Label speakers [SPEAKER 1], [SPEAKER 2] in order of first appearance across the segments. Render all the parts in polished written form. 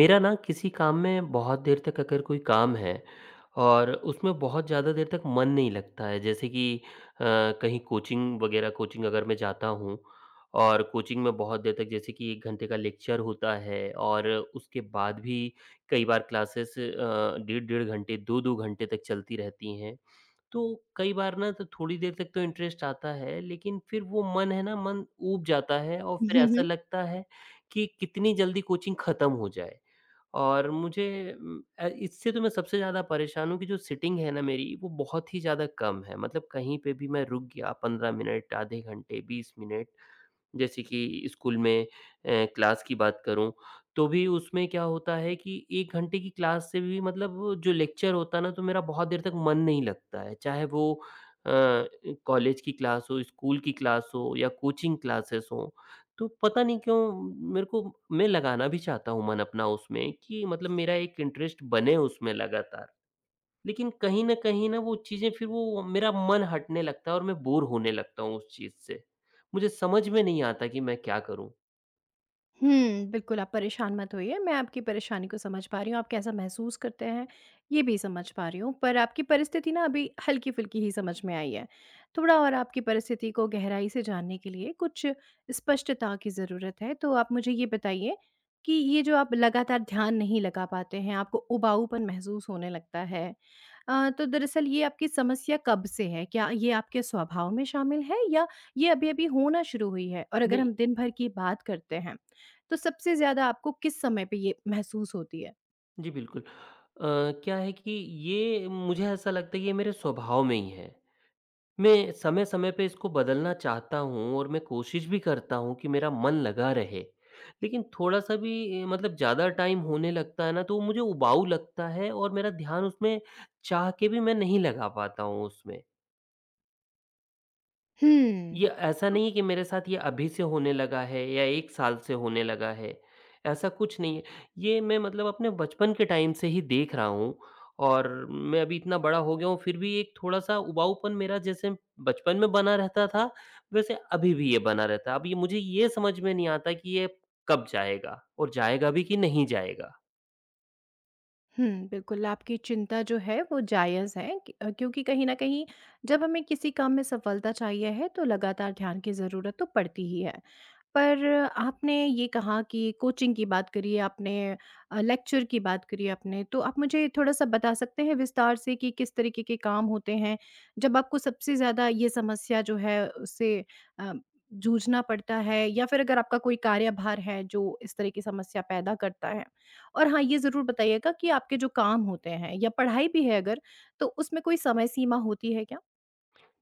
[SPEAKER 1] मेरा ना किसी काम में बहुत देर तक अगर कोई काम है और उसमें बहुत ज़्यादा देर तक मन नहीं लगता है। जैसे कि अ, कहीं कोचिंग वगैरह कोचिंग अगर मैं जाता हूँ और कोचिंग में बहुत देर तक, जैसे कि एक घंटे का लेक्चर होता है और उसके बाद भी कई बार क्लासेस डेढ़ डेढ़ घंटे, दो दो घंटे तक चलती रहती हैं। तो कई बार ना, तो थोड़ी देर तक तो इंटरेस्ट आता है, लेकिन फिर वो मन है ना, मन ऊब जाता है और
[SPEAKER 2] हुँ,
[SPEAKER 1] फिर ऐसा
[SPEAKER 2] हुँ,
[SPEAKER 1] लगता है कि कितनी जल्दी कोचिंग ख़त्म हो जाए। और मुझे इससे तो मैं सबसे ज़्यादा परेशान हूँ कि जो सीटिंग है ना मेरी, वो बहुत ही ज़्यादा कम है। मतलब कहीं पे भी मैं रुक गया 15 मिनट, आधे घंटे, 20 मिनट, जैसे कि स्कूल में क्लास की बात करूँ, तो भी उसमें क्या होता है कि 1 घंटे की क्लास से भी, मतलब वो जो लेक्चर होता है ना, तो मेरा बहुत देर तक मन नहीं लगता है। चाहे वो अ, कॉलेज की क्लास हो, स्कूल की क्लास हो या कोचिंग क्लासेस हों, तो पता नहीं क्यों मेरे को, मैं लगाना भी चाहता हूँ मन अपना उसमें कि मतलब मेरा एक इंटरेस्ट बने उसमें लगातार। लेकिन कहीं न कहीं ना वो चीज़ें, फिर वो मेरा मन हटने लगता है और मैं बोर होने लगता हूँ उस चीज़ से। मुझे समझ में नहीं आता कि मैं क्या करूँ?
[SPEAKER 2] हुँ, बिल्कुल आप परेशान मत होइए, मैं आपकी परेशानी को समझ पा रही हूँ, आप कैसा महसूस करते हैं, ये भी समझ पा रही हूँ। पर आपकी परिस्थिति ना अभी हल्की-फुल्की ही समझ में आई है। थोड़ा और आपकी परिस्थिति को गहराई से जानने के लिए कुछ स्पष्टता की ज़रूरत है, तो आप मुझे ये बताइए कि ये जो आप लगातार ध्यान नहीं लगा पाते हैं, आपको उबाऊपन महसूस होने लगता है। तो दरअसल ये आपकी समस्या कब से है? क्या ये आपके स्वभाव में शामिल है या ये अभी-अभी होना शुरू हुई है? और अगर
[SPEAKER 1] नहीं
[SPEAKER 2] हम दिन भर की बात करते हैं, तो सबसे ज़्यादा आपको किस समय पे ये महसूस होती है?
[SPEAKER 1] जी, बिल्कुल। क्या है कि ये मुझे ऐसा लगता है कि ये मेरे स्वभाव में ही है। मैं समय-समय पे इसको बदलना चाहता हूँ और मैं कोशिश भी करता हूँ कि मेरा मन लगा रहे। लेकिन थोड़ा-सा भी मतलब ज़्यादा टाइम होने लगता है ना, तो वो मुझे उबाऊ लगता है और मेरा ध्यान उसमें चाह के भी मैं नहीं लगा पाता हूँ उसमें।
[SPEAKER 2] हुँ।
[SPEAKER 1] ये ऐसा नहीं है कि मेरे साथ ये अभी से होने लगा है या 1 साल से होने लगा है, ऐसा कुछ नहीं है। ये मैं, मतलब अपने बचपन के टाइम से ही देख रहा हूँ, और मैं अभी इतना बड़ा हो गया हूँ, फिर भी एक थोड़ा-सा उबाऊपन मेरा जैसे बचपन में बना रहता था, वैसे अभी भी ये बना रहता है। अब ये मुझे, ये समझ में नहीं आता कि ये कब जाएगा और जाएगा भी कि नहीं जाएगा?
[SPEAKER 2] हुँ, बिल्कुल, आपकी चिंता जो है वो जायज़ है कि क्योंकि कहीं न कहीं जब हमें किसी काम में सफलता चाहिए है तो लगातार ध्यान की ज़रूरत तो पड़ती ही है। पर आपने ये कहा कि कोचिंग की बात करी आपने लेक्चर की बात करी आपने, तो आप मुझे थोड़ा-सा बता सकते हैं विस्तार से कि किस तरीके के काम होते हैं? जब आपको सबसे ज़्यादा ये समस्या जो है उससे अ, जूझना पड़ता है या फिर अगर आपका कोई कार्यभार है जो इस तरह की समस्या पैदा करता है? और हाँ, ये ज़रूर बताइएगा कि आपके जो काम होते हैं या पढ़ाई भी है अगर, तो उसमें कोई समय सीमा होती है क्या?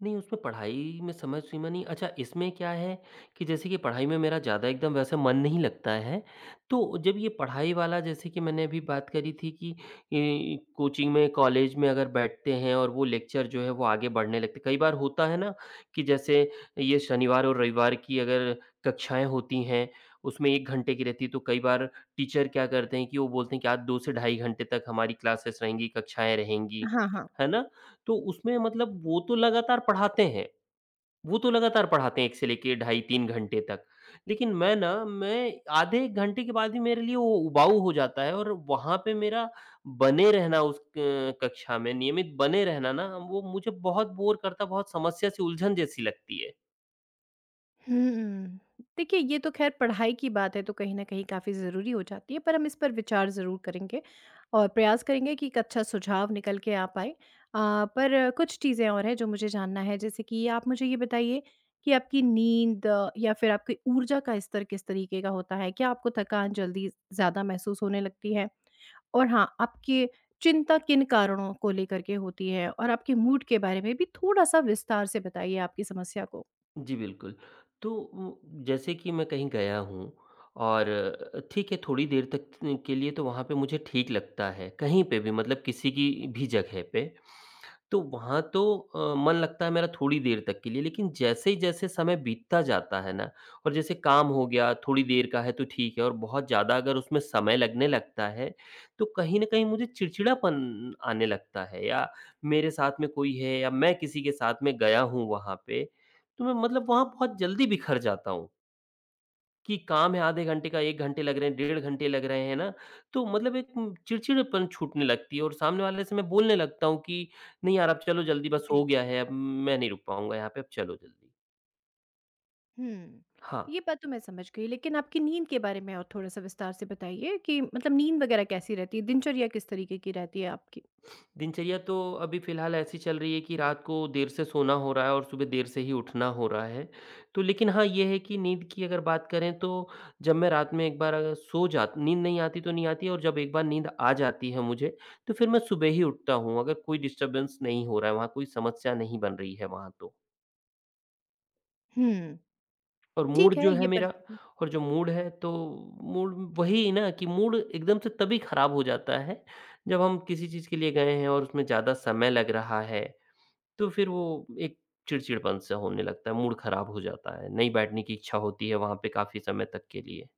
[SPEAKER 1] नहीं, उसमें पढ़ाई में समय सीमा नहीं, अच्छा इसमें क्या है कि जैसे कि पढ़ाई में मेरा ज़्यादा एकदम वैसे मन नहीं लगता है, तो जब ये पढ़ाई वाला, जैसे कि मैंने अभी बात करी थी कि कोचिंग में, कॉलेज में अगर बैठते हैं और वो लेक्चर जो है वो आगे बढ़ने लगते, कई बार होता है ना कि जैसे ये शनिवार और रविवार की अगर कक्षाएँ होती हैं, उसमें 1 घंटे की रहती है, तो कई बार टीचर क्या करते हैं कि वो बोलते हैं कि आज 2 से ढाई घंटे तक हमारी क्लासेस रहेंगी, कक्षाएँ रहेंगी,
[SPEAKER 2] हाँ, हाँ।
[SPEAKER 1] है ना? तो उसमें मतलब वो तो लगातार पढ़ाते हैं, वो तो लगातार पढ़ाते हैं 1 से लेके ढाई 3 घंटे तक। लेकिन मैं आधे 1 घंटे के बाद ही मेरे लिए वो उबाऊ हो जाता है और वहाँ पे मेरा बने रहना, उस क कक्षा में नियमित बने रहना ना, वो मुझे बहुत बोर करता, बहुत समस्या से उलझन जैसी लगती है।
[SPEAKER 2] हुँ। देखिए, ये तो ख़ैर पढ़ाई की बात है तो कहीं न कहीं काफ़ी ज़रूरी हो जाती है, पर हम इस पर विचार ज़रूर करेंगे और प्रयास करेंगे कि एक अच्छा सुझाव निकल के आ पाए। पर कुछ चीज़ें और हैं जो मुझे जानना है जैसे कि आप मुझे ये बताइए कि आपकी नींद या फिर आपकी ऊर्जा का स्तर किस तरीके का होता है? क्या आपको थकान जल्दी ज़्यादा महसूस होने लगती है? और हाँ, आपकी चिंता किन कारणों को लेकर के होती है और आपके मूड के बारे में भी थोड़ा-सा विस्तार से बताइए आपकी समस्या को?
[SPEAKER 1] जी, बिल्कुल। तो उ जैसे कि मैं कहीं गया हूँ और ठीक है थोड़ी देर तक के लिए तो वहाँ पे मुझे ठीक लगता है, कहीं पे भी, मतलब किसी की भी जगह पे। तो वहाँ तो मन लगता है मेरा थोड़ी देर तक के लिए, लेकिन जैसे ही जैसे समय बीतता जाता है ना, और जैसे काम हो गया, थोड़ी देर का है तो ठीक है, और बहुत ज़्यादा अगर उसमें समय लगने लगता है, तो कहीं न कहीं मुझे चिड़चिड़ापन आने लगता है, या मेरे साथ में कोई है या मैं किसी के साथ में गया हूँ वहाँ पे, तो मैं, मतलब वहाँ बहुत जल्दी बिखर जाता हूँ। कि काम है आधे घंटे का, 1 घंटे लग रहे हैं, डेढ़ घंटे लग रहे हैं ना, तो मतलब एक चिड़चिड़ापन छूटने लगती है और सामने वाले से मैं बोलने लगता हूँ कि, "नहीं यार, अब चलो जल्दी, बस
[SPEAKER 2] जी।
[SPEAKER 1] हो गया है, अब मैं नहीं रुक पाऊँगा यहाँ पे, अब चलो जल्दी।"
[SPEAKER 2] हुँ,
[SPEAKER 1] हाँ।
[SPEAKER 2] ये बात तो मैं समझ गई लेकिन आपकी नींद के बारे में और थोड़ा-सा विस्तार से बताइए कि मतलब नींद वग़ैरह कैसी रहती है? दिनचर्या किस तरीके की रहती है आपकी?
[SPEAKER 1] दिनचर्या तो अभी फ़िलहाल ऐसी चल रही है कि रात को देर से सोना हो रहा है और सुबह देर से ही उठना हो रहा है। तो लेकिन हाँ, ये है कि नींद की अगर बात करें तो जब मैं रात में एक बार अगर सो जात नींद नहीं आती तो नहीं आती, और जब एक बार नींद आ जाती है मुझे, तो फिर मैं सुबह ही उठता हूँ, अगर कोई डिस्टर्बेंस नहीं हो रहा है, वहाँ कोई समस्या नहीं बन रही है वहाँ तो।
[SPEAKER 2] हुँ,
[SPEAKER 1] और मूड
[SPEAKER 2] ठीक है,
[SPEAKER 1] जो है
[SPEAKER 2] ये
[SPEAKER 1] मेरा,
[SPEAKER 2] परिस्थिति
[SPEAKER 1] और जो मूड है, तो मूड वही ना, कि मूड एकदम से तभी ख़राब हो जाता है, जब हम किसी चीज़ के लिए गए हैं और उसमें ज़्यादा समय लग रहा है, तो फिर वो एक चिड़चिड़पन-सा होने लगता है, मूड खराब हो जाता है, नहीं बैठने की इच्छा होती है वहाँ पे काफ़ी समय तक के लिए।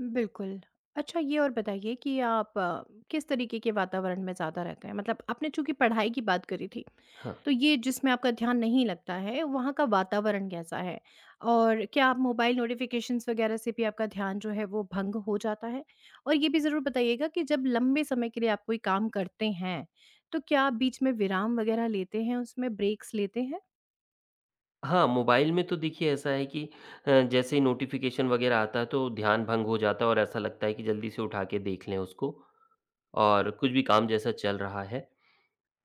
[SPEAKER 2] बिल्कुल। अच्छा ये और बताइए कि आप किस तरीके के वातावरण में ज़्यादा रहते हैं? मतलब आपने चूँकि पढ़ाई की बात करी थी।
[SPEAKER 1] हाँ।
[SPEAKER 2] तो ये जिसमें आपका ध्यान नहीं लगता है, वहाँ का वातावरण कैसा है? और क्या आप मोबाइल नोटिफ़िकेशंस वग़ैरह से भी आपका ध्यान जो है वो भंग हो जाता है? और ये भी ज़रूर बताइएगा कि जब लंबे समय के लिए आप कोई काम करते हैं, तो क्या आप बीच में विराम वग़ैरह लेते हैं, उसमें ब्रेक्स लेते हैं?
[SPEAKER 1] हाँ, मोबाइल में तो देखिए ऐसा है कि जैसे ही नोटिफ़िकेशन वग़ैरह आता है तो ध्यान भंग हो जाता है और ऐसा लगता है कि जल्दी से उठा के देख लें उसको, और कुछ भी काम जैसा चल रहा है,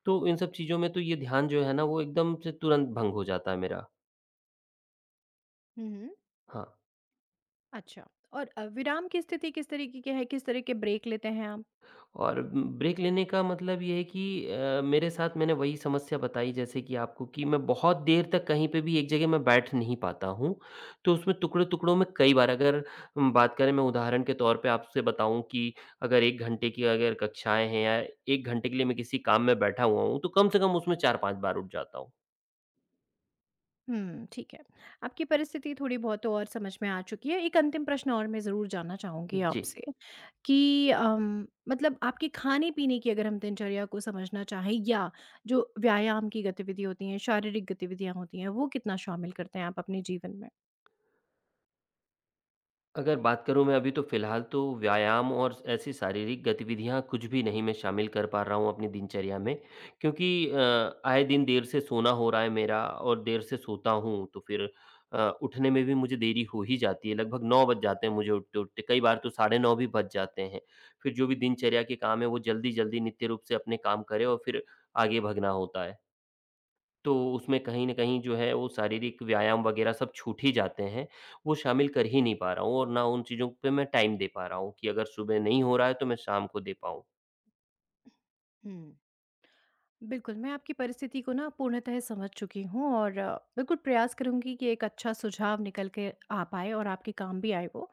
[SPEAKER 1] तो इन सब चीज़ों में तो ये ध्यान जो है ना, वो एकदम से तुरंत भंग हो जाता है मेरा।
[SPEAKER 2] हुँ, हुँ।
[SPEAKER 1] हाँ।
[SPEAKER 2] अच्छा और विराम की स्थिति किस तरीके की है? किस तरह के ब्रेक लेते हैं आप?
[SPEAKER 1] और ब्रेक लेने का मतलब ये है कि मेरे साथ मैंने वही समस्या बताई जैसे कि आपको, कि मैं बहुत देर तक कहीं पे भी एक जगह मैं बैठ नहीं पाता हूँ। तो उसमें टुकड़ों-टुकड़ों में कई बार, अगर हम बात करें, मैं उदाहरण के तौर पे आपसे बताऊँ कि अगर 1 घंटे की अगर कक्षाएँ हैं, या 1 घंटे के लिए मैं किसी काम में बैठा हुआ हूँ, तो कम से कम उसमें 4-5 बार उठ जाता हूँ।
[SPEAKER 2] हुँ, ठीक है। आपकी परिस्थिति थोड़ी बहुत तो और समझ में आ चुकी है। एक अंतिम प्रश्न और मैं ज़रूर जानना चाहूँगी
[SPEAKER 1] जी।
[SPEAKER 2] आपसे। कि मतलब आपके खाने-पीने की अगर हम दिनचर्या को समझना चाहें या जो व्यायाम की गतिविधि होती हैं, शारीरिक गतिविधियाँ होती हैं, वो कितना शामिल करते हैं आप अपने जीवन में?
[SPEAKER 1] अगर बात करूँ मैं अभी, तो फ़िलहाल तो व्यायाम और ऐसी शारीरिक गतिविधियाँ कुछ भी नहीं मैं शामिल कर पा रहा हूँ अपनी दिनचर्या में, क्योंकि आए दिन देर से सोना हो रहा है मेरा, और देर से सोता हूँ तो फिर उठने में भी मुझे देरी हो ही जाती है, लगभग 9 बज जाते हैं मुझे उठते-उठते, कई बार तो साढ़े 9 भी बज जाते हैं। फिर जो भी दिनचर्या के काम है वो जल्दी-जल्दी नित्य रूप से अपने काम करें और फिर आगे भगना होता है। तो उसमें कहीं न कहीं जो है वो शारीरिक व्यायाम वग़ैरह सब छूट ही जाते हैं, वो शामिल कर ही नहीं पा रहा हूँ, और ना उन चीज़ों पे मैं टाइम दे पा रहा हूँ कि अगर सुबह नहीं हो रहा है तो मैं शाम को दे पाऊँ।
[SPEAKER 2] हुँ। बिल्कुल, मैं आपकी परिस्थिति को ना पूर्णतः समझ चुकी हूँ और बिल्कुल प्रयास करूँगी कि एक अच्छा सुझाव निकल के आ पाए और आपके काम भी आए वो।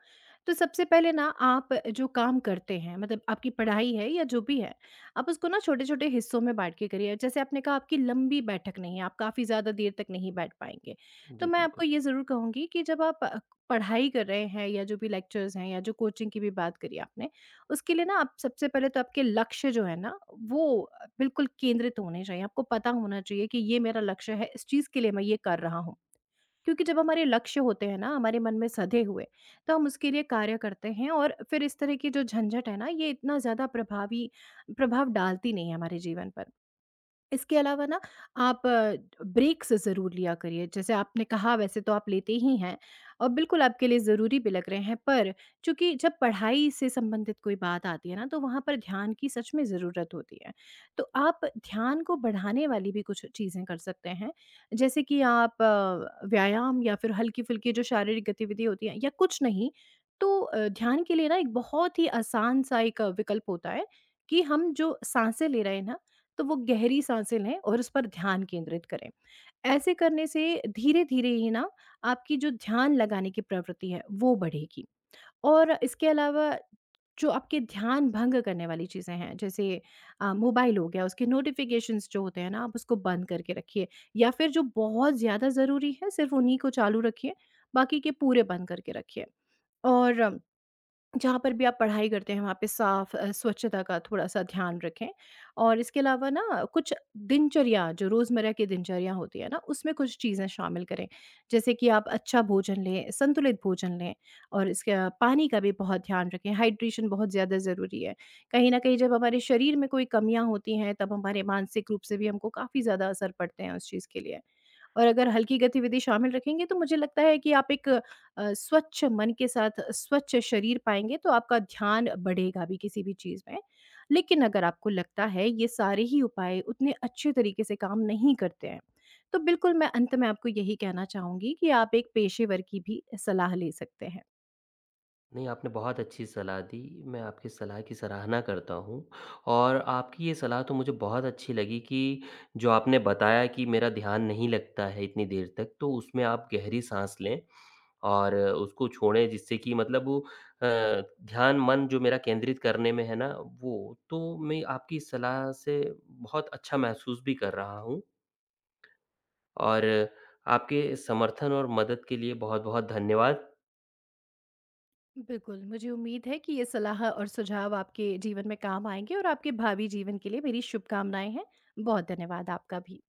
[SPEAKER 2] तो सबसे पहले ना आप जो काम करते हैं मतलब आपकी पढ़ाई है या जो भी है, आप उसको ना छोटे-छोटे हिस्सों में बाँट के करिए। जैसे आपने कहा आपकी लंबी बैठक नहीं है, आप काफ़ी ज़्यादा देर तक नहीं बैठ पाएँगे। तो
[SPEAKER 1] जी,
[SPEAKER 2] मैं
[SPEAKER 1] बिल्कुल।
[SPEAKER 2] आपको ये ज़रूर कहूँगी कि जब आप पढ़ाई कर रहे हैं या जो भी लेक्चर्स हैं या जो कोचिंग की भी बात करी आपने, उसके लिए ना आप सबसे पहले तो आपके लक्ष्य जो है ना वो बिल्कुल केंद्रित होने चाहिए। आपको पता होना चाहिए कि ये मेरा लक्ष्य है, इस चीज़ के लिए मैं ये कर रहा हूँ। क्योंकि जब हमारे लक्ष्य होते हैं ना हमारे मन में सधे हुए, तो हम उसके लिए कार्य करते हैं और फिर इस तरह की जो झंझट है ना ये इतना ज़्यादा प्रभावी प्रभाव डालती नहीं है हमारे जीवन पर। इसके अलावा ना आप ब्रेक्स ज़रूर लिया करिए। जैसे आपने कहा वैसे तो आप लेते ही हैं और बिल्कुल आपके लिए ज़रूरी भी लग रहे हैं। पर चूँकि जब पढ़ाई से संबंधित कोई बात आती है ना तो वहाँ पर ध्यान की सच में ज़रूरत होती है। तो आप ध्यान को बढ़ाने वाली भी कुछ चीज़ें कर सकते हैं। जैसे कि आप व्यायाम या फिर हल्की-फुल्की जो शारीरिक गतिविधि होती है या कुछ नहीं तो ध्यान के लिए ना एक बहुत ही आसान सा एक विकल्प होता है कि हम जो साँसें ले रहे हैं ना तो वो गहरी साँसें लें और उस पर ध्यान केंद्रित करें। ऐसे करने से धीरे-धीरे ही ना आपकी जो ध्यान लगाने की प्रवृत्ति है, वो बढ़ेगी। और इसके अलावा जो आपके ध्यान भंग करने वाली चीज़ें हैं, जैसे मोबाइल हो गया, उसके नोटिफ़िकेशंस जो होते हैं ना, आप उसको बंद करके रखिए या फिर जो बहुत ज़्यादा ज़रूरी है, सिर्फ़ उन्हीं को चालू रखिए, बाकी के पूरे बंद करके रखिए। और जहाँ पर भी आप पढ़ाई करते हैं, वहाँ पे साफ स्वच्छता का थोड़ा-सा ध्यान रखें और इसके अलावा ना कुछ दिनचर्या, जो रोज़मर्रा की दिनचर्या होती है ना, उसमें कुछ चीज़ें शामिल करें। जैसे कि आप अच्छा भोजन लें, संतुलित भोजन लें और इसके पानी का भी बहुत ध्यान रखें, हाइड्रेशन बहुत ज़्यादा ज़रूरी है। कहीं न कहीं जब हमारे शरीर में कोई कमियाँ होती हैं, तब हमारे मानसिक रूप से भी हमको काफ़ी ज़्यादा असर पड़ते हैं उस चीज़ के लिए। और अगर हल्की गतिविधि शामिल रखेंगे, तो मुझे लगता है कि आप एक स्वच्छ मन के साथ स्वच्छ शरीर पाएँगे तो आपका ध्यान बढ़ेगा भी किसी भी चीज़ में। लेकिन अगर आपको लगता है ये सारे ही उपाय उतने अच्छे तरीके से काम नहीं करते हैं, तो बिल्कुल मैं अंत में आपको यही कहना चाहूँगी कि आप एक पेशेवर की भी सलाह ले सकते हैं।
[SPEAKER 1] नहीं, आपने बहुत अच्छी सलाह दी, मैं आपकी सलाह की सराहना करता हूँ, और आपकी ये सलाह तो मुझे बहुत अच्छी लगी, कि जो आपने बताया कि मेरा ध्यान नहीं लगता है इतनी देर तक, तो उसमें आप गहरी साँस लें और उसको छोड़ें, जिससे कि मतलब वो अ, ध्यान मन जो मेरा केंद्रित करने में है ना वो, तो मैं आपकी इस सलाह से बहुत अच्छा महसूस भी कर रहा हूँ, और आपके समर्थन और मदद के लिए बहुत-बहुत धन्यवाद।
[SPEAKER 2] बिल्कुल, मुझे उम्मीद है कि ये सलाह और सुझाव आपके जीवन में काम आएँगे और आपके भावी जीवन के लिए मेरी शुभकामनाएँ हैं। बहुत धन्यवाद आपका भी।